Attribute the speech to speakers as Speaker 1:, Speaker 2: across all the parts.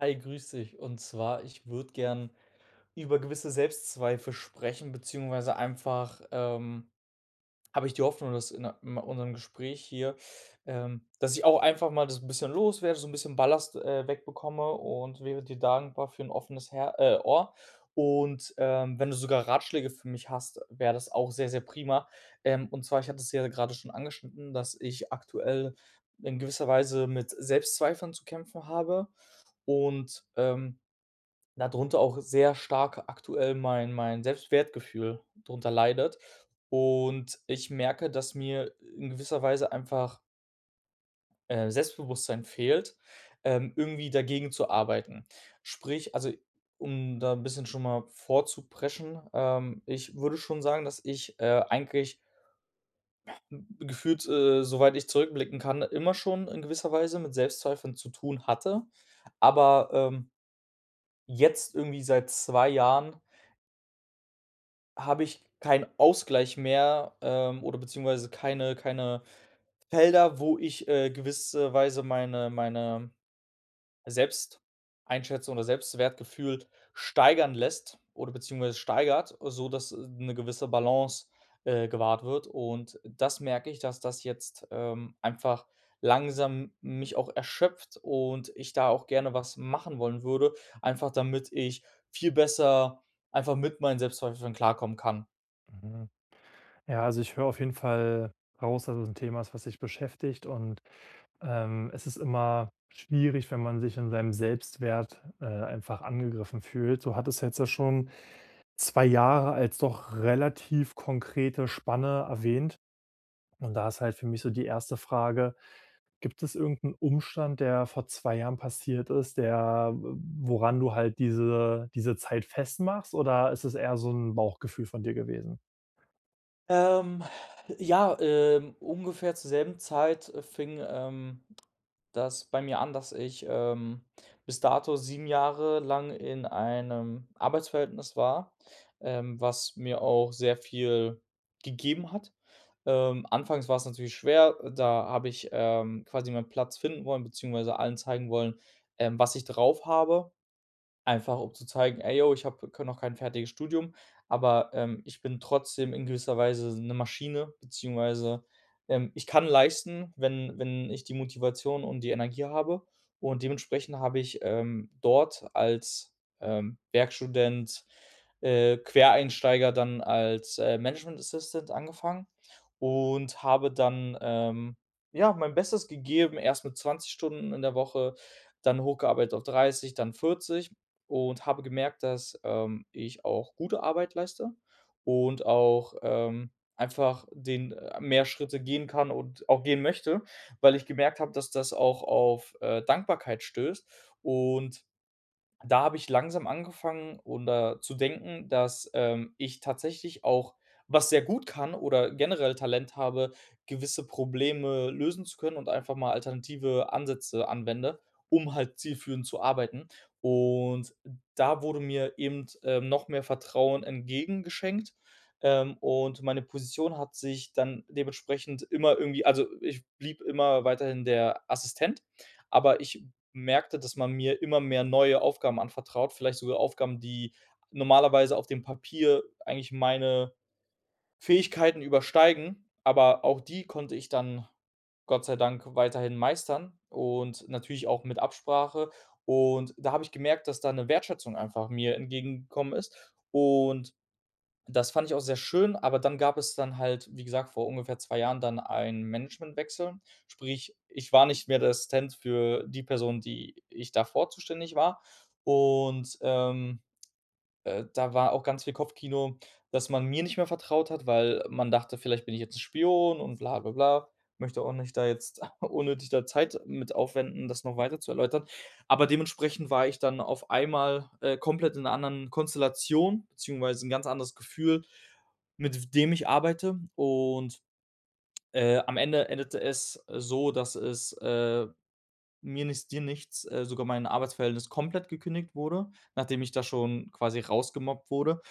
Speaker 1: Hi, grüß dich. Und zwar, ich würde gern über gewisse Selbstzweifel sprechen, beziehungsweise einfach habe ich die Hoffnung, dass in unserem Gespräch hier dass ich auch einfach mal das ein bisschen loswerde, so ein bisschen Ballast wegbekomme und wäre dir dankbar für ein offenes Her Ohr. Und wenn du sogar Ratschläge für mich hast, wäre das auch sehr, sehr prima. Und zwar, ich hatte es ja gerade schon angeschnitten, dass ich aktuell in gewisser Weise mit Selbstzweifeln zu kämpfen habe. Und darunter auch sehr stark aktuell mein Selbstwertgefühl darunter leidet. Und ich merke, dass mir in gewisser Weise einfach Selbstbewusstsein fehlt, irgendwie dagegen zu arbeiten. Sprich, also, um da ein bisschen schon mal vorzupreschen, ich würde schon sagen, dass ich eigentlich gefühlt soweit ich zurückblicken kann, immer schon in gewisser Weise mit Selbstzweifeln zu tun hatte. Aber jetzt irgendwie seit 2 Jahren habe ich keinen Ausgleich mehr oder beziehungsweise keine Felder, wo ich gewisserweise meine Selbsteinschätzung oder Selbstwertgefühl steigern lässt oder beziehungsweise steigert, sodass eine gewisse Balance gewahrt wird. Und das merke ich, dass das jetzt einfach langsam mich auch erschöpft und ich da auch gerne was machen wollen würde, einfach damit ich viel besser einfach mit meinen Selbstzweifeln klarkommen kann.
Speaker 2: Mhm. Ja, also ich höre auf jeden Fall raus, dass es ein Thema ist, was dich beschäftigt, und es ist immer schwierig, wenn man sich in seinem Selbstwert einfach angegriffen fühlt. So hat es jetzt ja schon 2 Jahre als doch relativ konkrete Spanne erwähnt, und da ist halt für mich so die erste Frage: Gibt es irgendeinen Umstand, der vor 2 Jahren passiert ist, der woran du halt diese Zeit festmachst, oder ist es eher so ein Bauchgefühl von dir gewesen?
Speaker 1: Ähm, ja, ungefähr zur selben Zeit fing das bei mir an, dass ich bis dato 7 Jahre lang in einem Arbeitsverhältnis war, was mir auch sehr viel gegeben hat. Anfangs war es natürlich schwer, da habe ich quasi meinen Platz finden wollen, beziehungsweise allen zeigen wollen, was ich drauf habe. Einfach um zu zeigen: „Ey, yo, ich habe noch kein fertiges Studium, aber ich bin trotzdem in gewisser Weise eine Maschine, beziehungsweise ich kann leisten, wenn ich die Motivation und die Energie habe.“ Und dementsprechend habe ich dort als Werkstudent Quereinsteiger dann als Management Assistant angefangen und habe dann ja, mein Bestes gegeben, erst mit 20 Stunden in der Woche, dann hochgearbeitet auf 30, dann 40, und habe gemerkt, dass ich auch gute Arbeit leiste und auch einfach den mehr Schritte gehen kann und auch gehen möchte, weil ich gemerkt habe, dass das auch auf Dankbarkeit stößt, und da habe ich langsam angefangen oder zu denken, dass ich tatsächlich auch was sehr gut kann oder generell Talent habe, gewisse Probleme lösen zu können und einfach mal alternative Ansätze anwende, um halt zielführend zu arbeiten. Und da wurde mir eben noch mehr Vertrauen entgegengeschenkt, und meine Position hat sich dann dementsprechend immer irgendwie, also, ich blieb immer weiterhin der Assistent, aber ich merkte, dass man mir immer mehr neue Aufgaben anvertraut, vielleicht sogar Aufgaben, die normalerweise auf dem Papier eigentlich meine Fähigkeiten übersteigen, aber auch die konnte ich dann Gott sei Dank weiterhin meistern und natürlich auch mit Absprache. Und da habe ich gemerkt, dass da eine Wertschätzung einfach mir entgegengekommen ist und das fand ich auch sehr schön, aber dann gab es dann halt, wie gesagt, vor ungefähr 2 Jahren dann einen Managementwechsel. Sprich, ich war nicht mehr der Assistent für die Person, die ich davor zuständig war, und da war auch ganz viel Kopfkino, dass man mir nicht mehr vertraut hat, weil man dachte: „Vielleicht bin ich jetzt 'n Spion und bla bla bla.“ Möchte auch nicht da jetzt unnötig da Zeit mit aufwenden, das noch weiter zu erläutern. Aber dementsprechend war ich dann auf einmal komplett in 'ner anderen Konstellation, beziehungsweise 'n ganz anderes Gefühl, mit dem ich arbeite. Und am Ende endete es so, dass es mir nichts, dir nichts sogar mein Arbeitsverhältnis komplett gekündigt wurde, nachdem ich da schon quasi rausgemobbt wurde.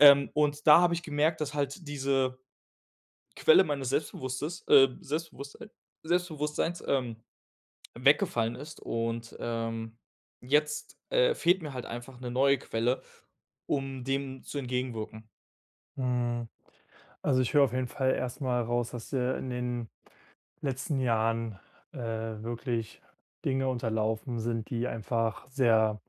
Speaker 1: Und da habe ich gemerkt, dass halt diese Quelle meines Selbstbewusstes Selbstbewusstsein Selbstbewusstseins weggefallen ist und jetzt fehlt mir halt einfach eine neue Quelle, um dem zu entgegenwirken.
Speaker 2: Hm, also, ich höre auf jeden Fall erst mal raus, dass dir in den letzten Jahren, äh, wirklich Dinge unterlaufen sind, die einfach sehr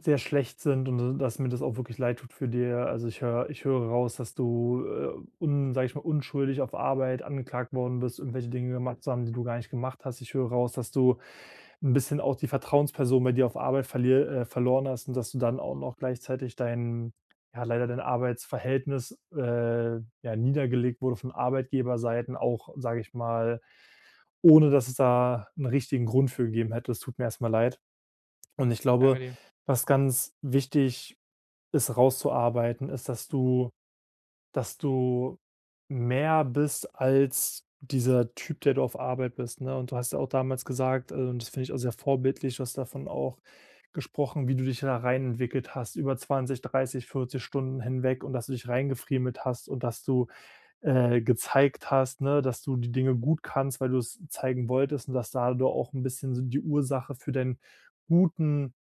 Speaker 2: sehr schlecht sind, und d dass mir das auch wirklich leid tut für dir. Also, ich höre raus, dass du, un sage ich mal, unschuldig auf Arbeit angeklagt worden bist, irgendwelche Dinge gemacht zu haben, die du gar nicht gemacht hast. Ich höre raus, dass du 'n bisschen auch die Vertrauensperson bei dir auf Arbeit verlier verloren hast, und dass du dann auch noch gleichzeitig dein, ja, leider dein Arbeitsverhältnis, ja, niedergelegt wurde von Arbeitgeberseiten, auch, sage ich mal, ohne dass es da 'n richtigen Grund für gegeben hätte. Es tut mir erst mal leid. Und ich
Speaker 1: Danke
Speaker 2: glaube,
Speaker 1: dir.
Speaker 2: was ganz wichtig ist rauszuarbeiten, ist, dass du mehr bist als dieser Typ, der du auf Arbeit bist, ne? Und du hast ja auch damals gesagt, also, und das finde ich auch sehr vorbildlich, du hast davon auch gesprochen, wie du dich da reinentwickelt hast, über 20, 30, 40 Stunden hinweg, und dass du dich reingefriemelt hast und dass du, gezeigt hast, ne, dass du die Dinge gut kannst, weil du es zeigen wolltest, und dass da du auch ein bisschen so die Ursache für deinen guten,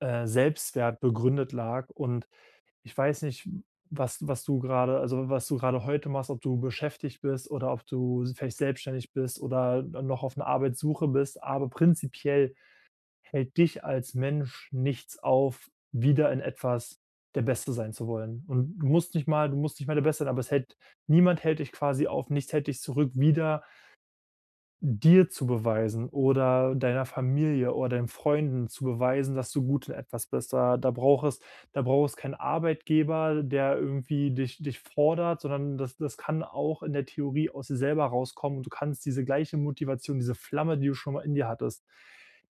Speaker 2: Selbstwert begründet lag. Und ich weiß nicht, was du gerade, also, was du gerade heute machst, ob du beschäftigt bist oder ob du vielleicht selbstständig bist oder noch auf einer Arbeitssuche bist, aber prinzipiell hält dich als Mensch nichts auf, wieder in etwas der Beste sein zu wollen. Und du musst nicht mal der Beste sein, aber es hält niemand hält dich quasi auf, nichts hält dich zurück, wieder dir zu beweisen oder deiner Familie oder deinen Freunden zu beweisen, dass du gut in etwas bist. Da braucht es, da braucht es keinen Arbeitgeber, der irgendwie dich fordert, sondern das kann auch in der Theorie aus dir selber rauskommen. Und du kannst diese gleiche Motivation, diese Flamme, die du schon mal in dir hattest,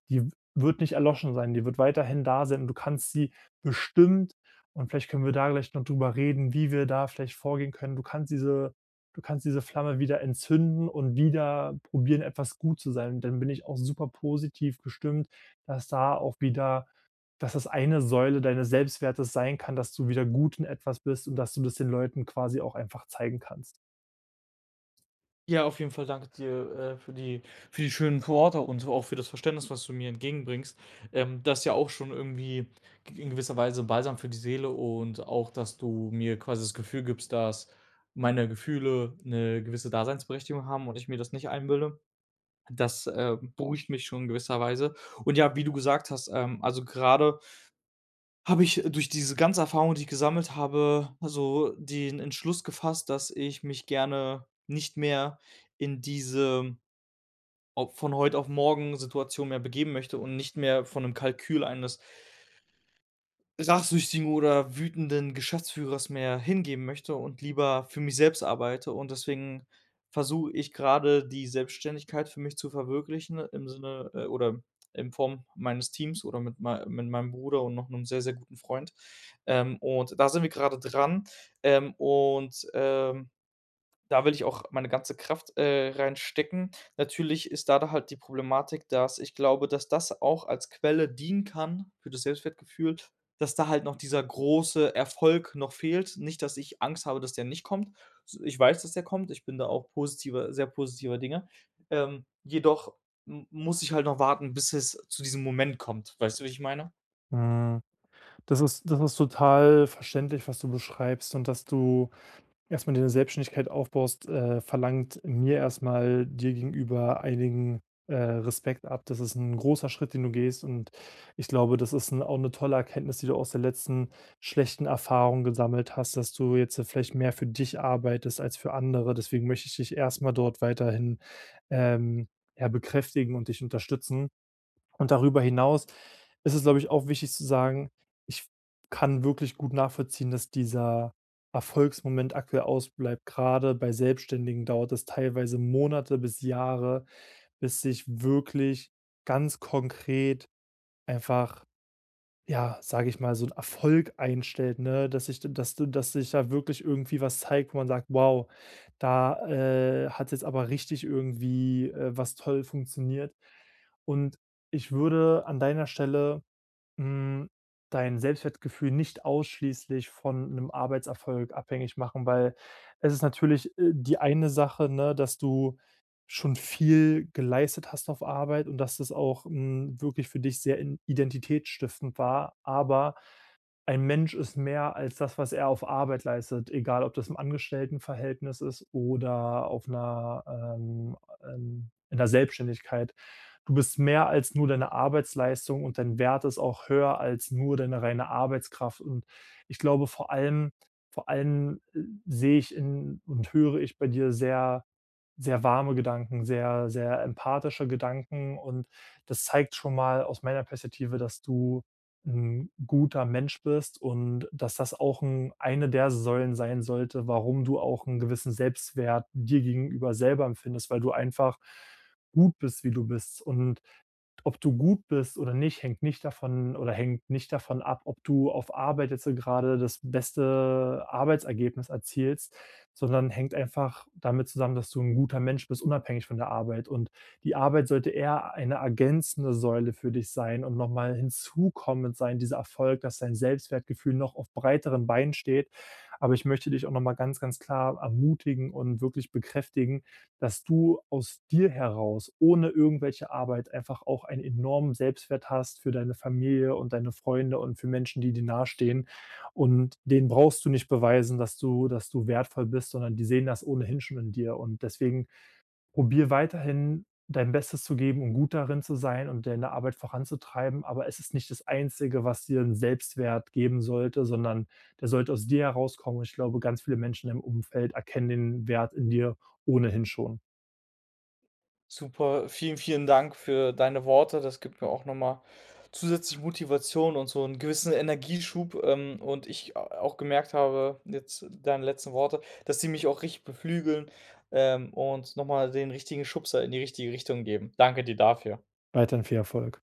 Speaker 2: die wird nicht erloschen sein, die wird weiterhin da sein, und du kannst sie bestimmt, und vielleicht können wir da gleich noch drüber reden, wie wir da vielleicht vorgehen können. Du kannst diese Flamme wieder entzünden und wieder probieren, etwas gut zu sein. Und dann bin ich auch super positiv gestimmt, dass da auch wieder, dass das eine Säule deines Selbstwertes sein kann, dass du wieder gut in etwas bist und dass du das den Leuten quasi auch einfach zeigen kannst.
Speaker 1: Ja, auf jeden Fall danke dir für die schönen Worte und so auch für das Verständnis, was du mir entgegenbringst. Das ist ja auch schon irgendwie g in gewisser Weise Balsam für die Seele und auch, dass du mir quasi das Gefühl gibst, dass meine Gefühle eine gewisse Daseinsberechtigung haben und ich mir das nicht einbilde. Das beruhigt mich schon in gewisser Weise. Und ja, wie du gesagt hast, also, gerade habe ich durch diese ganze Erfahrung, die ich gesammelt habe, also den Entschluss gefasst, dass ich mich gerne nicht mehr in diese ob von heute auf morgen Situation mehr begeben möchte und nicht mehr von einem Kalkül eines rachsüchtigen oder wütenden Geschäftsführers mehr hingeben möchte und lieber für mich selbst arbeite. Und deswegen versuche ich gerade die Selbstständigkeit für mich zu verwirklichen im Sinne oder in Form meines Teams oder mit mei mit meinem Bruder und noch einem sehr, sehr guten Freund. Und da sind wir gerade dran. Ähm, und, ähm Da will ich auch meine ganze Kraft reinstecken. Natürlich ist da halt die Problematik, dass ich glaube, dass das auch als Quelle dienen kann für das Selbstwertgefühl, dass da halt noch dieser große Erfolg noch fehlt. Nicht, dass ich Angst habe, dass der nicht kommt. S Ich weiß, dass der kommt. Ich bin da auch positiver sehr positiver Dinge. Jedoch m muss ich halt noch warten, bis es zu diesem Moment kommt. Weißt du, wie ich meine?
Speaker 2: Mhm. Das ist total verständlich, was du beschreibst, und dass du erstmal deine Selbstständigkeit aufbaust, verlangt mir erstmal dir gegenüber einigen, Respekt ab. Das ist ein großer Schritt, den du gehst, und ich glaube, das ist 'n, auch eine tolle Erkenntnis, die du aus der letzten schlechten Erfahrung gesammelt hast, dass du jetzt, vielleicht mehr für dich arbeitest als für andere. Deswegen möchte ich dich erstmal dort weiterhin, ähm, ja, bekräftigen und dich unterstützen. Und darüber hinaus ist es, glaube ich, auch wichtig zu sagen, ich kann wirklich gut nachvollziehen, dass dieser Erfolgsmoment aktuell ausbleibt. Gerade bei Selbstständigen dauert es teilweise Monate bis Jahre, bis sich wirklich ganz konkret einfach, ja, sage ich mal, so ein Erfolg einstellt, ne? Dass ich dass du Dass sich da wirklich irgendwie was zeigt, wo man sagt: „Wow, da, hat jetzt aber richtig irgendwie, was toll funktioniert.“ Und ich würde an deiner Stelle, hm, dein Selbstwertgefühl nicht ausschließlich von einem Arbeitserfolg abhängig machen, weil es ist natürlich, die eine Sache, ne, dass du schon viel geleistet hast auf Arbeit, und dass das auch, wirklich für dich sehr in identitätsstiftend war, aber ein Mensch ist mehr als das, was er auf Arbeit leistet, egal ob das im Angestelltenverhältnis ist oder auf einer in der Selbstständigkeit. Du bist mehr als nur deine Arbeitsleistung, und dein Wert ist auch höher als nur deine reine Arbeitskraft. Und ich glaube, vor allem, sehe ich in und höre ich bei dir sehr sehr warme Gedanken, sehr, sehr empathische Gedanken, und das zeigt schon mal aus meiner Perspektive, dass du ein guter Mensch bist, und dass das auch 'n, eine der Säulen sein sollte, warum du auch einen gewissen Selbstwert dir gegenüber selber empfindest, weil du einfach gut bist, wie du bist. Und ob du gut bist oder nicht, hängt nicht davon ab, ob du auf Arbeit jetzt so gerade das beste Arbeitsergebnis erzielst, sondern hängt einfach damit zusammen, dass du ein guter Mensch bist, unabhängig von der Arbeit. Und die Arbeit sollte eher eine ergänzende Säule für dich sein und nochmal hinzukommend sein, dieser Erfolg, dass dein Selbstwertgefühl noch auf breiteren Beinen steht. Aber ich möchte dich auch nochmal ganz, ganz klar ermutigen und wirklich bekräftigen, dass du aus dir heraus ohne irgendwelche Arbeit einfach auch einen enormen Selbstwert hast für deine Familie und deine Freunde und für Menschen, die dir nahestehen. Und denen brauchst du nicht beweisen, dass du wertvoll bist, sondern die sehen das ohnehin schon in dir. Und deswegen probier weiterhin, dein Bestes zu geben und gut darin zu sein und deine Arbeit voranzutreiben, aber es ist nicht das Einzige, was dir einen Selbstwert geben sollte, sondern der sollte aus dir herauskommen. Und ich glaube, ganz viele Menschen im Umfeld erkennen den Wert in dir ohnehin schon.
Speaker 1: Super, vielen, vielen Dank für deine Worte. Das gibt mir auch nochmal mal zusätzlich Motivation und so einen gewissen Energieschub, und ich a auch gemerkt habe, jetzt deine letzten Worte, dass die mich auch richtig beflügeln, und nochmal den richtigen Schubser in die richtige Richtung geben. Danke dir dafür.
Speaker 2: Weiterhin viel Erfolg!